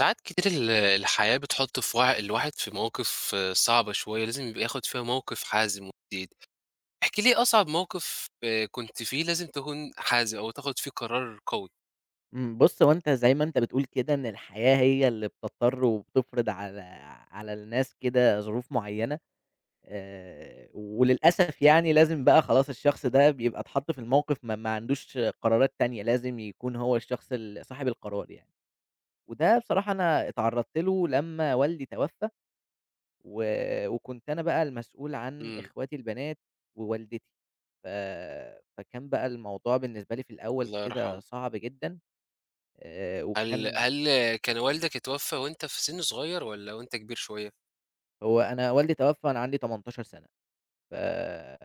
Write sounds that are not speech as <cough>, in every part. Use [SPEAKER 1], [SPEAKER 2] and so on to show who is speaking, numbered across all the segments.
[SPEAKER 1] ساعات كتير الحياة بتحُط في وع الواحد في مواقف صعبة شوية، لازم يبقى ياخد فيها موقف حازم وجديد. احكِ لي إيه أصعب موقف كنت فيه لازم تكون حازم أو تاخد فيه قرار قوي؟
[SPEAKER 2] بُص، هو أنت زي ما أنت بتقول كده إن الحياة هي اللي بتضطر وبتفرض على الناس كده ظروف معيّنة. وللأسف يعني لازم بقى خلاص الشخص ده بيبقى اتحط في الموقف ما عندوش قرارات تانية. لازم يكون هو الشخص صاحب القرار يعني. وده بصراحة أنا اتعرضت له لمّا والدي توفى. و وكنت أنا بقى المسؤول عن
[SPEAKER 1] إمم،
[SPEAKER 2] إخواتي البنات ووالدتي. ف فكان بقى الموضوع بالنسبة لي في الأول
[SPEAKER 1] الله
[SPEAKER 2] كده
[SPEAKER 1] يرحمه.
[SPEAKER 2] صعب جدًا.
[SPEAKER 1] هل
[SPEAKER 2] وكان
[SPEAKER 1] هل كان والدك اتوفى وأنت في سِن صغير والّا وأنت كبير شوية؟
[SPEAKER 2] هو أنا والدي توفّى وأنا عندي 18 سَنة. ف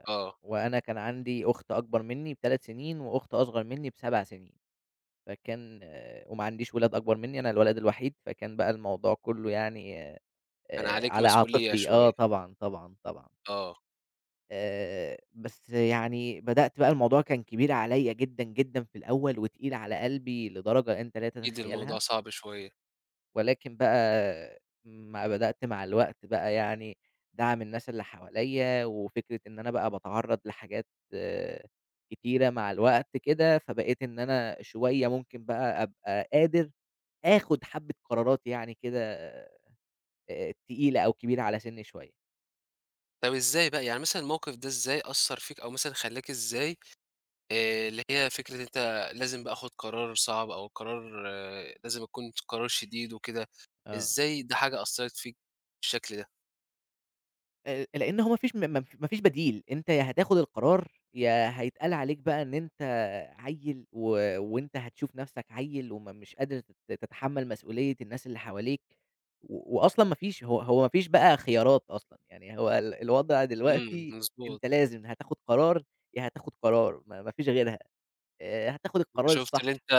[SPEAKER 1] آه،
[SPEAKER 2] وأنا كان عندي أخت أكبر منّي ب3 سنين وأخت أصغر منّي ب7 سنين. فكان آه، وما عنديش ولاد أكبر منّي، أنا الولد الوحيد. فكان بقى الموضوع كُلّه يعني
[SPEAKER 1] كان عليك
[SPEAKER 2] على
[SPEAKER 1] مسؤولية
[SPEAKER 2] عاتقي،
[SPEAKER 1] شوية،
[SPEAKER 2] طبعًا، طبعًا، طبعًا.
[SPEAKER 1] آه،
[SPEAKER 2] بس يعني بدأت بقى الموضوع كان كبير عليّا جدًا، جدًا في الأول وتقيل على قلبي لدرجة أنت لا
[SPEAKER 1] أكيد الموضوع
[SPEAKER 2] تتخيّلها.
[SPEAKER 1] صعب شوية.
[SPEAKER 2] ولكن بقى ما بدأت مع الوقت بقى يعني دعم الناس اللي حواليّا، وفكرة إن أنا بقى باتعرّض لحاجات آه، كتيرة مع الوقت كده، فبقيت إن أنا شوية ممكن بقى أبقى قادر آخُد حبّة قرارات يعني كده تقيلة أو كبيرة على سِنّي شوية.
[SPEAKER 1] طَب إزاي بقى، يعني مثلًا الموقف ده إزاي أثّر فيك أو مثلًا خلّاك إزاي اللي هي فكرة أنت لازم بقى آخُد قرار صعب أو قرار لازم يكون قرار شديد وكده،
[SPEAKER 2] آه.
[SPEAKER 1] إزاي ده حاجة أثّرت فيك بالشكل ده؟
[SPEAKER 2] لإن هو ما فيش م م ما فيش بديل. أنت يا هتاخد القرار، يا هيتقال عليك بقى إن أنت عيّل وأنت هتشوف نفْسك عيّل وما مش قادر تتحمّل مسؤولية الناس اللي حواليك. وأصلًا ما فيش بقى خيارات أصلًا. يعني هو الوضع
[SPEAKER 1] إمم،
[SPEAKER 2] دلوقتي
[SPEAKER 1] مضبوط.
[SPEAKER 2] أنت لازم هتاخد قرار. يا هتاخد قرار ما فيش غيرها. هتاخد
[SPEAKER 1] أنت
[SPEAKER 2] القرار
[SPEAKER 1] شُفت اللي
[SPEAKER 2] الصح.
[SPEAKER 1] أنت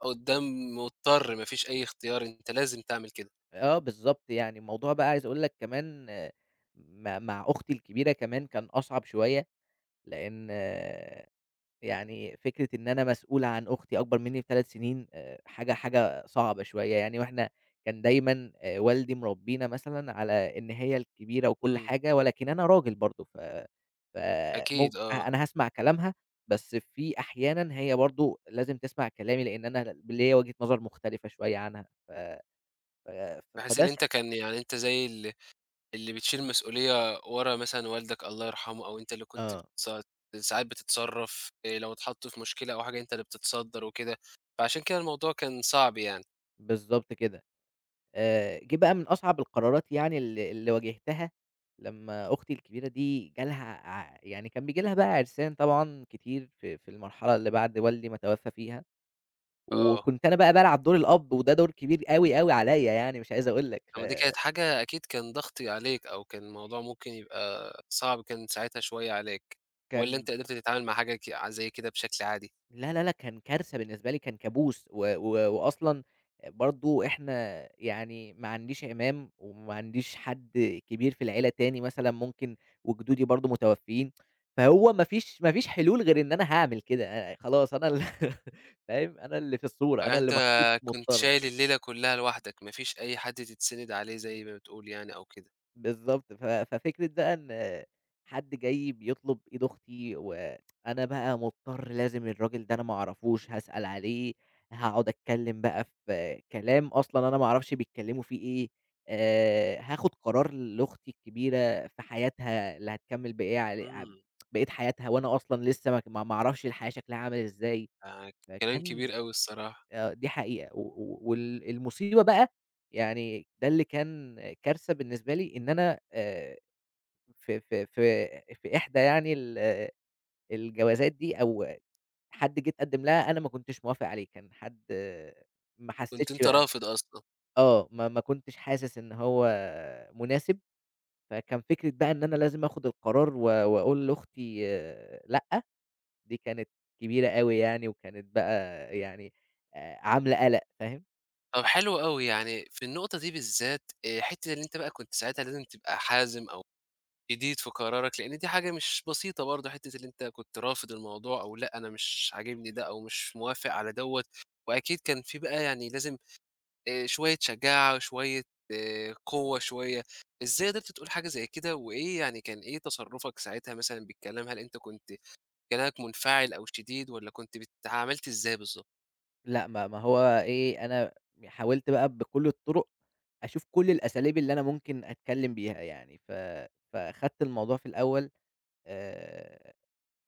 [SPEAKER 1] قُدّام مضطر ما فيش أي اختيار، أنت لازم تعمل كده.
[SPEAKER 2] آه، بالضبط يعني، الموضوع بقى عايز أقول لك كمان مع أختي الكبيرة كمان كان أصعب شوية. لإن يعني فكرة إن أنا مسؤول عن أختي أكبر منّي ب3 سنين حاجة صعبة شوية يعني. وإحنا كان دايمًا والدي مربّينا مثلًا على إن هي الكبيرة وكل
[SPEAKER 1] إمم.
[SPEAKER 2] حاجة، ولكن أنا راجل برضه. ف ف ممك
[SPEAKER 1] أكيد
[SPEAKER 2] آه،
[SPEAKER 1] آه.
[SPEAKER 2] أنا هاسمع كلامها، بس في أحيانًا هي برضه لازم تسمع كلامي، لإن أنا ليّا وجهة نظر مختلفة شوية عنها. ف ف
[SPEAKER 1] بحيث
[SPEAKER 2] فده
[SPEAKER 1] اللي
[SPEAKER 2] س
[SPEAKER 1] أنت كان يعني أنت زي اللي بتشيل مسؤولية ورا مثلًا والدك الله يرحمه أو أنت اللي كنت
[SPEAKER 2] آه،
[SPEAKER 1] ساعات بتتصرّف، لو اتحطّوا في مشكلة أو حاجة أنت اللي بتتصدّر وكده، فعشان كده الموضوع كان صعب يعني.
[SPEAKER 2] بالضبط كده. جه بقى من أصعب القرارات يعني اللي واجهتها لمّا أختي الكبيرة دي جالها يعني كان بييجي لها بقى عرسان طبعًا كتير في المرحلة اللي بعد والدي ما توفى فيها.
[SPEAKER 1] آه.
[SPEAKER 2] وكنت أنا بقى بالعب دور الأب وده دور كبير أوي، أوي عليَّ، يعني مش عايز أقول لك.
[SPEAKER 1] لمّا دي كانت حاجة أكيد كان ضغط عليك أو كان الموضوع ممكن يبقى صعب كان ساعتها شوية عليك، والّا
[SPEAKER 2] فكان
[SPEAKER 1] أنت قدرت تتعامل مع حاجة زي كده بشكل عادي؟
[SPEAKER 2] لا، لا، لأ، كان كارثة بالنسبة لي. كان كابوس. و و وأصلًا برضه إحنا يعني ما عنديش عِمام وما عنديش حد كبير في العيلة تاني مثلًا ممكن، وجدودي برضه متوفّيين. فهو ما فيش حلول غير إن أنا هاعمل كده. خلاص أنا <laughs> فاهم، أنا اللي في الصورة،
[SPEAKER 1] آه، يعني
[SPEAKER 2] أنا
[SPEAKER 1] أنت
[SPEAKER 2] اللي محطوط
[SPEAKER 1] كنت
[SPEAKER 2] مضطر.
[SPEAKER 1] شايل الليلة كلّها لوحدك، ما فيش أي حد تتسند عليه زي ما بتقول يعني أو كده.
[SPEAKER 2] بالضبط. ففكرة بقى إن حد جاي بيطلب إيد أختي، وأنا بقى مضطر لازم الراجل ده أنا ما أعرفوش، هاسأل عليه، هاقعد أتكلّم بقى في كلام أصلًا أنا ما أعرفش بيتكلّموا فيه إيه. هاخد قرار لأختي الكبيرة في حياتها اللي هتكمّل بإيه علي ع
[SPEAKER 1] إمم،
[SPEAKER 2] بقية حياتها، وأنا أصلًا لسه ما ك ما ما أعرفش الحياة شكلها عامل إزاي.
[SPEAKER 1] ده كلام
[SPEAKER 2] فكان
[SPEAKER 1] كبير أوي الصراحة،
[SPEAKER 2] آه، دي حقيقة. و و وال المصيبة بقى يعني ده اللي كان كارثة بالنسبة لي، إن أنا في في في في إحدى يعني ال آه، الجوازات دي، أو حد جه اتقدم لها أنا ما كنتش موافق عليه. كان حد. ما
[SPEAKER 1] كنت
[SPEAKER 2] حسيتش
[SPEAKER 1] أنت
[SPEAKER 2] بقى،
[SPEAKER 1] رافض أصلًا.
[SPEAKER 2] ما كنتش حاسس إن هو مناسب. فكان فكرة بقى إن أنا لازم آخد القرار وأقول لأختي لأ. دي كانت كبيرة أوي يعني، وكانت بقى يعني عاملة قلق. فاهم؟
[SPEAKER 1] طب حلو أوي، يعني في النقطة دي بالذات حتّة اللي أنت بقى كنت ساعتها لازم تبقى حازم أو جديد في قرارك، لإن دي حاجة مش بسيطة برضه، حتّة اللي أنت كنت رافض الموضوع أو لأ أنا مش عاجبني ده أو مش موافق على دوّة، وأكيد كان في بقى يعني لازم شوية شجاعة وشوية قوة شوية، إزاي قدرت تقول حاجة زي كده؟ وإيه يعني كان إيه تصرُّفك ساعتها مثلًا بالكلام؟ هل أنت كنت كلامك منفعل أو شديد والّا كنت عملت إزاي بالضبط؟
[SPEAKER 2] لأ. ما ما هو إيه، أنا حاولت بقى بكل الطُرق أشوف كل الأساليب اللي أنا ممكن أتكلّم بيها يعني. فأخدت الموضوع في الأول آآ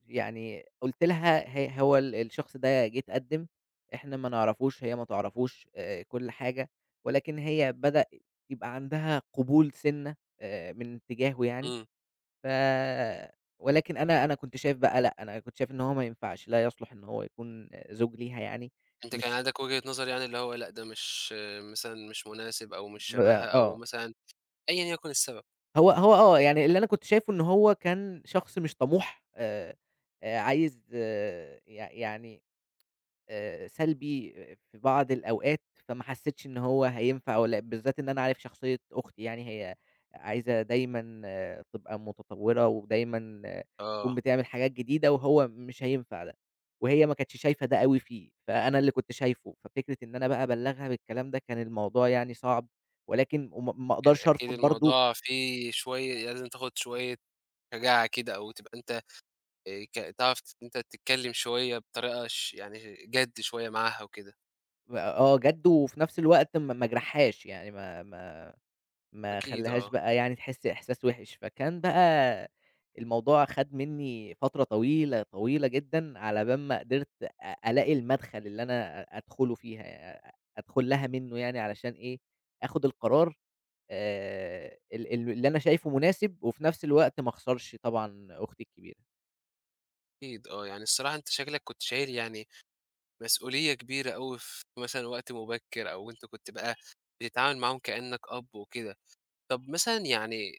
[SPEAKER 2] يعني قُلت لها هو الشخص ده جِه اتقدّم، إحنا ما نعرفوش، هي ما تعرفوش. كل حاجة. ولكن هي بدأ يبقى عندها قبول سِنّة من اتجاهه يعني.
[SPEAKER 1] إمم.
[SPEAKER 2] ف ولكن أنا كنت شايف بقى لأ. أنا كنت شايف إن هو ما ينفعش، لا يصلح إن هو يكون زوج ليها يعني.
[SPEAKER 1] أنت كان
[SPEAKER 2] مش
[SPEAKER 1] عندك وجهة نظر يعني اللي هو لأ ده مش مثلًا مش مناسب أو مش
[SPEAKER 2] م
[SPEAKER 1] شبهها
[SPEAKER 2] آه،
[SPEAKER 1] أو
[SPEAKER 2] آه.
[SPEAKER 1] مثلًا أيًا يكن السبب.
[SPEAKER 2] هو هو آه، يعني اللي أنا كنت شايفه إن هو كان شخص مش طموح. عايز يعني سلبي في بعض الأوقات. فما حسيتش إن هو هينفع، والّا بالذات إن أنا عارف شخصية أختي. يعني هي عايزة دايمًا تبقى متطوّرة، ودايمًا تكون
[SPEAKER 1] آه.
[SPEAKER 2] بتعمل حاجات جديدة، وهو مش هينفع ده. وهي ما كانتش شايفة ده أوي فيه، فأنا اللي كنت شايفه. ففكرة إن أنا بقى أبلّغها بالكلام ده كان الموضوع يعني صعب. ولكن ما
[SPEAKER 1] أكيد،
[SPEAKER 2] أقدرش
[SPEAKER 1] أكيد
[SPEAKER 2] أرفض برضه.
[SPEAKER 1] الموضوع فيه شوية لازم تاخد شوية شجاعة كده أو تبقى أنت تعرف أنت تتكلّم شوية بطريقة يعني جَد شوية معاها وكده.
[SPEAKER 2] جَد وفي نفس الوقت ما جرحهاش، يعني ما
[SPEAKER 1] أكيد
[SPEAKER 2] خلّاهاش
[SPEAKER 1] آه،
[SPEAKER 2] بقى يعني تحس إحساس وِحِش. فكان بقى الموضوع خَد منّي فترة طويلة، طويلة جدًا على بال ما قدرت ألاقي المدخل اللي أنا أدخله فيها، أ أدخل لها منّه يعني، علشان إيه، آخُد القرار ال ال اللي أنا شايفه مناسب، وفي نفس الوقت ما اخسرش طبعًا أختي الكبيرة.
[SPEAKER 1] أكيد آه. يعني الصراحة أنت شكلك كنت شايل يعني مسؤولية كبيرة أوي في مثلًا وقت مبكِّر أو أنت كنت بقى بتتعامل معاهم كإنّك أب وكده. طَب مثلًا يعني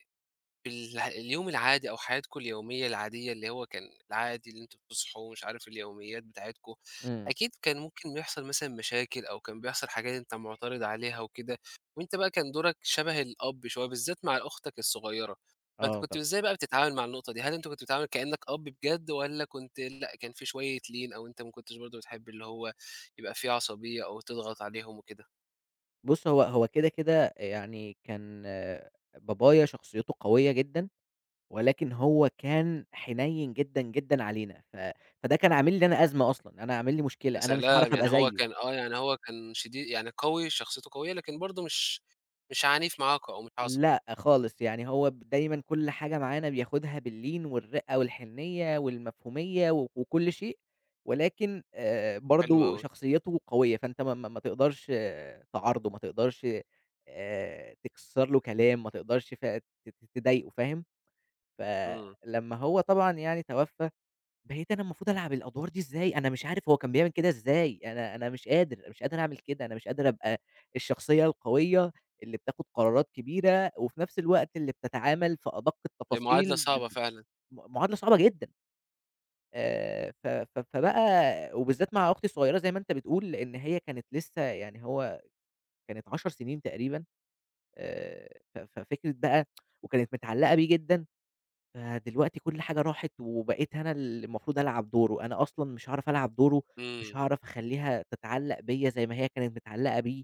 [SPEAKER 1] في اليوم العادي أو حياتكم اليومية العادية اللي هو كان العادي اللي أنتم بتصحوا ومش عارف اليوميات بتاعتكم،
[SPEAKER 2] إمم.
[SPEAKER 1] أكيد كان ممكن بيحصل مثلًا مشاكل أو كان بيحصل حاجات أنت معترض عليها وكده، وأنت بقى كان دورك شبه الأب شوية بالذات مع أختك الصغيرة، فأنت
[SPEAKER 2] آه
[SPEAKER 1] كنت
[SPEAKER 2] طبعًا.
[SPEAKER 1] إزاي بقى بتتعامل مع النقطة دي؟ هل أنت كنت بتتعامل كإنك أب بجد والّا كنت لأ كان في شوية لين أو أنت ما كنتش برضه بتحب اللي هو يبقى في عصبية أو تضغط عليهم وكده؟
[SPEAKER 2] بُص، هو كده، كده يعني كان، بابايا شخصيته قوية جدًا. ولكن هو كان حنيّن جدًا، جدًا علينا. فده كان عامل لي أنا أزمة أصلًا. أنا عامل لي
[SPEAKER 1] يا
[SPEAKER 2] مشكلة، أنا مش
[SPEAKER 1] سلام!
[SPEAKER 2] هاعرف
[SPEAKER 1] يعني
[SPEAKER 2] أبقى
[SPEAKER 1] هو
[SPEAKER 2] زيّه.
[SPEAKER 1] كان يعني هو كان شديد يعني قوي، شخصيته قوية، لكن برضه مش عنيف معاكم أو مش عصبي،
[SPEAKER 2] لأ خالص. يعني هو دايمًا كل حاجة معانا بياخدها باللين والرِّقّة والحنيّة والمفهومية وكل شيء. ولكن
[SPEAKER 1] حلو
[SPEAKER 2] برضه
[SPEAKER 1] أوي،
[SPEAKER 2] شخصيته قوية. فأنت ما تقدرش، تعارضه. ما تقدرش تكسّر له كلام. ما تقدرش ف ت ت تضايقه. فاهم؟
[SPEAKER 1] إمم،
[SPEAKER 2] فلمّا هو طبعًا يعني توفى، بقيت أنا المفروض ألعب الأدوار دي إزاي. أنا مش عارف هو كان بيعمل كده إزاي. أنا مش قادر، مش قادر أعمل كده. أنا مش قادر أبقى الشخصية القوية اللي بتاخد قرارات كبيرة، وفي نفس الوقت اللي بتتعامل في أدق
[SPEAKER 1] هي معادلة
[SPEAKER 2] التفاصيل. ب
[SPEAKER 1] صعبة
[SPEAKER 2] ب
[SPEAKER 1] فعلًا،
[SPEAKER 2] م معادلة صعبة جدًا. ف ف فبقى وبالذات مع أختي الصغيرة زي ما أنت بتقول. لإن هي كانت لسه يعني كانت 10 سنين تقريبًا. ف ففكرة بقى وكانت متعلقة بيه جدًا. فدلوقتي كل حاجة راحت وبقيت أنا اللي المفروض ألعب دوره. أنا أصلًا مش هاعرف ألعب دوره. مش
[SPEAKER 1] إمم،
[SPEAKER 2] هاعرف أخلّيها تتعلّق بيّا زي ما هي كانت متعلّقة بيه.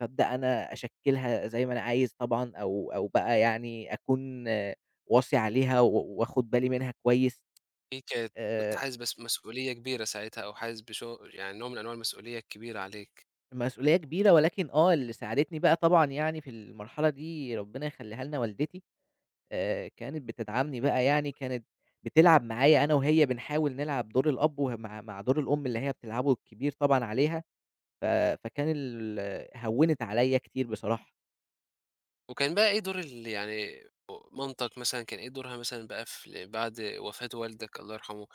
[SPEAKER 2] فأبدأ أنا أشكّلها زي ما أنا عايز طبعًا، أو بقى يعني أكون، واصي عليها وآخُد بالي منها كويس.
[SPEAKER 1] دي كانت كنت
[SPEAKER 2] آآ
[SPEAKER 1] حاسس بس مسؤولية كبيرة ساعتها أو حاسس بشو يعني نوع من أنواع المسؤولية الكبيرة عليك،
[SPEAKER 2] مسؤولية كبيرة، ولكن اللي ساعدتني بقى طبعًا يعني في المرحلة دي ربنا يخلّيها لنا والدتي. كانت بتدعمني بقى يعني، كانت بتلعب معايا، أنا وهي بنحاول نلعب دور الأب وه مع مع دور الأم اللي هي بتلعبه الكبير طبعًا عليها. ف فكان ال هوّنت عليّا كتير بصراحة.
[SPEAKER 1] وكان بقى إيه دور يعني مامتك مثلًا كان إيه دورها مثلًا بقى في بعد وفاة والدك الله يرحمه،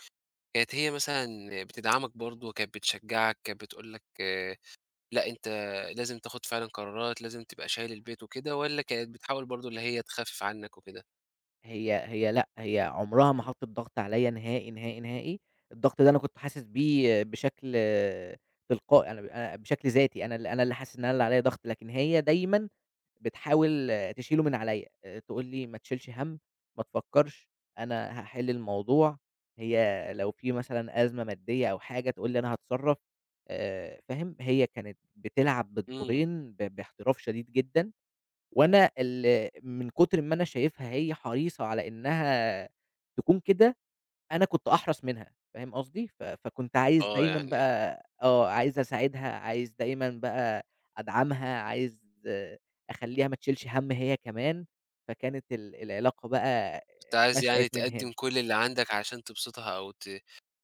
[SPEAKER 1] كانت هي مثلًا بتدعمك برضه، كانت بتشجعك، كانت بتقول لك لأ، أنت لازم تاخد فعلًا قرارات، لازم تبقى شايل البيت وكده، والّا كانت بتحاول برضه اللي هي تخفف عنك وكده؟
[SPEAKER 2] هي هي لأ، هي عمرها ما حطّت ضغط عليّا نهائي، نهائي، نهائي. الضغط ده أنا كنت حاسس بيه بشكل تلقائي. أنا بشكل ذاتي، أنا اللي حاسس إن أنا اللي عليّا ضغط. لكن هي دايمًا بتحاول تشيله من عليّا. تقول لي: "ما تشيلش هَم، ما تفكّرش، أنا هاحل الموضوع." هي لو في مثلًا أزمة مادية أو حاجة تقول لي: "أنا هاتصرّف." فاهم؟ هي كانت بتلعب
[SPEAKER 1] إمم،
[SPEAKER 2] بالدورين باحتراف شديد جدًا. وأنا من كتر ما أنا شايفها هي حريصة على إنها تكون كده، أنا كنت أحرَص منها. فاهم قصدي؟ فكنت عايز
[SPEAKER 1] آه،
[SPEAKER 2] دايمًا
[SPEAKER 1] يعني
[SPEAKER 2] بقى، عايز أساعدها. عايز دايمًا بقى أدعمها. عايز أخلّيها ما تشيلش هَم هي كمان. فكانت العلاقة بقى
[SPEAKER 1] كنت عايز
[SPEAKER 2] نشأت
[SPEAKER 1] يعني
[SPEAKER 2] من هنا.
[SPEAKER 1] تقدّم كل اللي عندك عشان تبسطها أو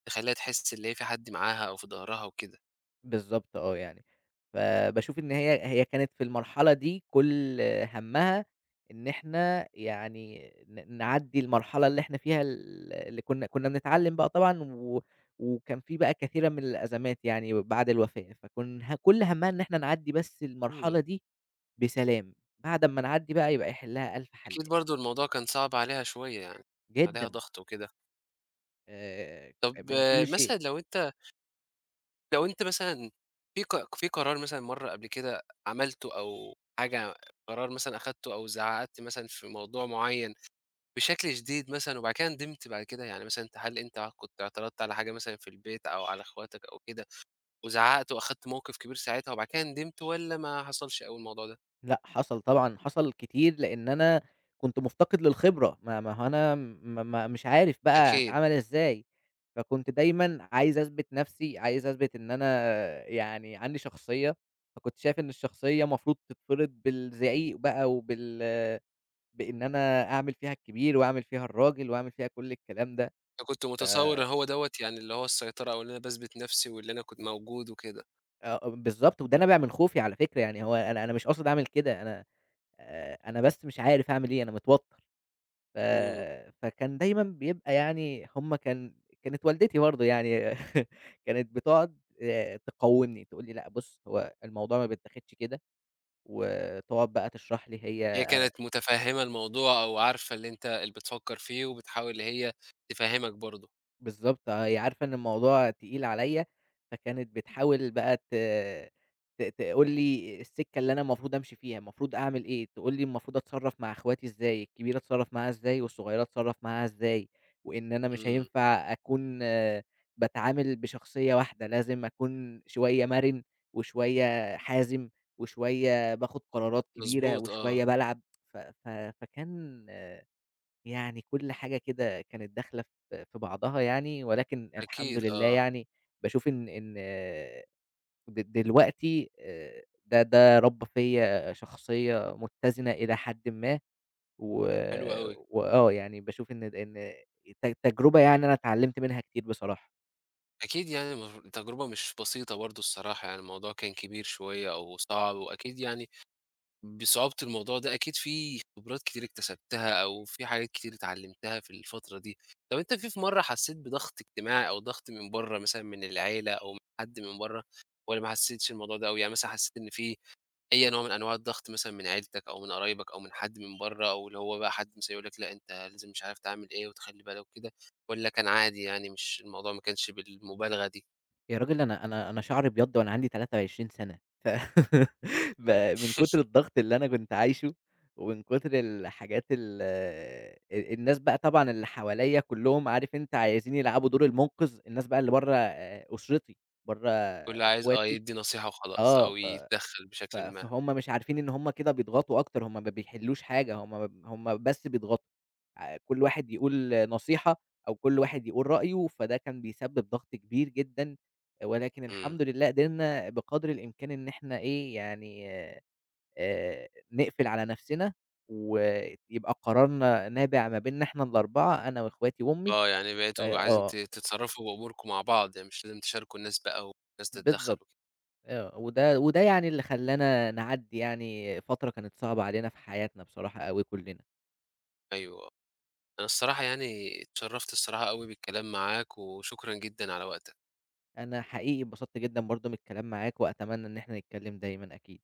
[SPEAKER 1] تخلّيها تحس اللي هي في حد معاها أو في ضهرها وكده.
[SPEAKER 2] بالضبط. يعني فباشوف إن هي كانت في المرحلة دي كل همّها إن إحنا يعني نعدّي المرحلة اللي إحنا فيها. اللي كنا بنتعلّم بقى طبعًا. وكان في بقى كثيرًا من الأزمات يعني بعد الوفاة. فكن ه كل همّها إن إحنا نعدّي بس
[SPEAKER 1] إمم،
[SPEAKER 2] المرحلة دي بسلام. بعد أمّا نعدّي بقى يبقى يحلّها ألف حَل
[SPEAKER 1] أكيد
[SPEAKER 2] يعني.
[SPEAKER 1] برضه الموضوع كان صعب عليها شوية يعني، عليها
[SPEAKER 2] جدًا.
[SPEAKER 1] ضغط وكده.
[SPEAKER 2] آآ
[SPEAKER 1] طب
[SPEAKER 2] من
[SPEAKER 1] آه،
[SPEAKER 2] كل
[SPEAKER 1] مثلًا
[SPEAKER 2] شيء.
[SPEAKER 1] لو أنت لو أنت مثلًا في ق في قرار مثلًا مرّة قبل كده عملته أو حاجة قرار مثلًا أخدته أو زعّقت مثلًا في موضوع معيّن بشكل شديد مثلًا وبعد كده ندمت بعد كده؟ يعني مثلًا أنت هل أنت كنت اعترضت على حاجة مثلًا في البيت أو على أخواتك أو كده وزعّقت وأخدت موقف كبير ساعتها وبعد كده ندمت والّا ما حصلش أوي الموضوع ده؟
[SPEAKER 2] لأ، حصل طبعًا، حصل كتير. لإن أنا كنت مُفتقد للخبرة. ما ما هو أنا ما ما مش عارف بقى
[SPEAKER 1] أكيد.
[SPEAKER 2] أتعامل إزاي. فكنت دايمًا عايز أثبت نَفْسي. عايز أثبت إن أنا يعني عندي شخصية. فكنت شايف إن الشخصية مفروض تتفرض بالزعيق بقى، بإن أنا أعمل فيها الكبير، وأعمل فيها الراجل، وأعمل فيها كل الكلام ده.
[SPEAKER 1] فكنت
[SPEAKER 2] ف
[SPEAKER 1] متصور إن هو دوّة يعني اللي هو السيطرة أو اللي أنا باثبت نفسي واللي أنا كنت موجود وكده.
[SPEAKER 2] آه، آه، بالضبط. وده نابع من خوفي على فكرة. يعني هو أنا مش قاصد أعمل كده. أنا بس مش عارف أعمل إيه، أنا متوتر. ف
[SPEAKER 1] إمم.
[SPEAKER 2] فكان دايمًا بيبقى يعني. هم كان كانت والدتي برضه يعني. <laughs> كانت بتقعد تقوّمني، تقول لي: "لأ بُص، هو الموضوع ما بيتاخدش كده." وتقعد بقى تشرح لي
[SPEAKER 1] هي
[SPEAKER 2] هي.
[SPEAKER 1] كانت متفهِّمة الموضوع أو عارفة اللي أنت اللي بتفكّر فيه وبتحاول هي تفهِّمك برضه.
[SPEAKER 2] بالضبط، هي عارفة إن الموضوع تقيل عليَّ. فكانت بتحاول بقى ت ت تقول لي السكة اللي أنا المفروض أمشي فيها. المفروض أعمل إيه. تقول لي المفروض أتصرّف مع إخواتي إزاي. الكبيرة أتصرّف معاها إزاي والصغيرة أتصرّف معاها إزاي. وإن أنا مش
[SPEAKER 1] إمم.
[SPEAKER 2] هينفع أكون باتعامل بشخصية واحدة. لازم أكون شوية مرن، وشوية حازم، وشوية باخد قرارات كبيرة،
[SPEAKER 1] مضبوط آه.
[SPEAKER 2] وشوية بالعب. ف ف فكان يعني كل حاجة كده كانت داخلة في بعضها يعني. ولكن الحمد
[SPEAKER 1] أكيد
[SPEAKER 2] لله
[SPEAKER 1] آه.
[SPEAKER 2] يعني باشوف إن إن د دلوقتي ده ده ربّى فيّا شخصية متّزنة إلى حدٍ ما. و
[SPEAKER 1] حلو أوي.
[SPEAKER 2] وآه يعني باشوف إن د إن ت تجربة يعني أنا اتعلّمت منها كتير بصراحة.
[SPEAKER 1] أكيد يعني التجربة مش بسيطة برضه الصراحة، يعني الموضوع كان كبير شوية أو صعب، وأكيد يعني بصعوبة الموضوع ده أكيد في خبرات كتير اكتسبتها أو في حاجات كتير اتعلمتها في الفترة دي. طب أنت في مرة حسيت بضغط اجتماعي أو ضغط من برّه مثلًا من العيلة أو من حد من برّه، والّا ما حسيتش الموضوع ده أوي؟ يعني مثلًا حسيت إن في أي نوع من أنواع الضغط مثلًا من عيلتك أو من قرايبك أو من حد من برّه، أو اللي هو بقى حد مثلًا يقول لك لأ أنت لازم مش عارف تعمل إيه وتخلّي بالك وكده، والّا كان عادي يعني مش الموضوع ما كانش بالمبالغة دي؟
[SPEAKER 2] يا راجل أنا شعري أبيض وأنا عندي 23 سَنة. <laughs> ب من كتر
[SPEAKER 1] <laughs>
[SPEAKER 2] الضغط اللي أنا كنت عايشه، ومن كتر الحاجات ال ال الناس بقى طبعًا اللي حواليّا كلّهم عارف أنت عايزين يلعبوا دور المنقذ. الناس بقى اللي برّه أسرتي، برّه
[SPEAKER 1] واللي عايز آه،
[SPEAKER 2] إخواتي.
[SPEAKER 1] يدّي نصيحة وخلاص
[SPEAKER 2] آه،
[SPEAKER 1] أو
[SPEAKER 2] ف
[SPEAKER 1] يتدخّل
[SPEAKER 2] ف
[SPEAKER 1] بشكلٍ ما.
[SPEAKER 2] فهُم مش عارفين إن هُم كده بيضغطوا أكتر. هُم ما بيحلّوش حاجة. هُم بس بيضغطوا. كل واحد يقول نصيحة، أو كل واحد يقول رأيه. فده كان بيسبب ضغط كبير جدًا. ولكن
[SPEAKER 1] إمم.
[SPEAKER 2] الحمد لله قدرنا بقدر الإمكان إن إحنا إيه، يعني نقفل على نفسنا. ويبقى قرارنا نابع ما بيننا إحنا ال4، أنا وأخواتي وأمي.
[SPEAKER 1] آه، يعني
[SPEAKER 2] ف
[SPEAKER 1] بقيتوا عايزين
[SPEAKER 2] آه،
[SPEAKER 1] تتصرّفوا بأموركم مع بعض، يعني مش لازم تشاركوا الناس بقى والناس تتدخّل
[SPEAKER 2] بالضبط.
[SPEAKER 1] وكده.
[SPEAKER 2] آه، وده يعني اللي خلّانا نعدّي يعني فترة كانت صعبة علينا في حياتنا بصراحة أوي كلّنا.
[SPEAKER 1] أيوه، أنا الصراحة يعني اتشرّفت الصراحة أوي بالكلام معاك وشكرًا جدًا على وقتك.
[SPEAKER 2] أنا حقيقي اتبسطت جدًا برضه من الكلام معاك، وأتمنى إن إحنا نتكلّم دايمًا أكيد.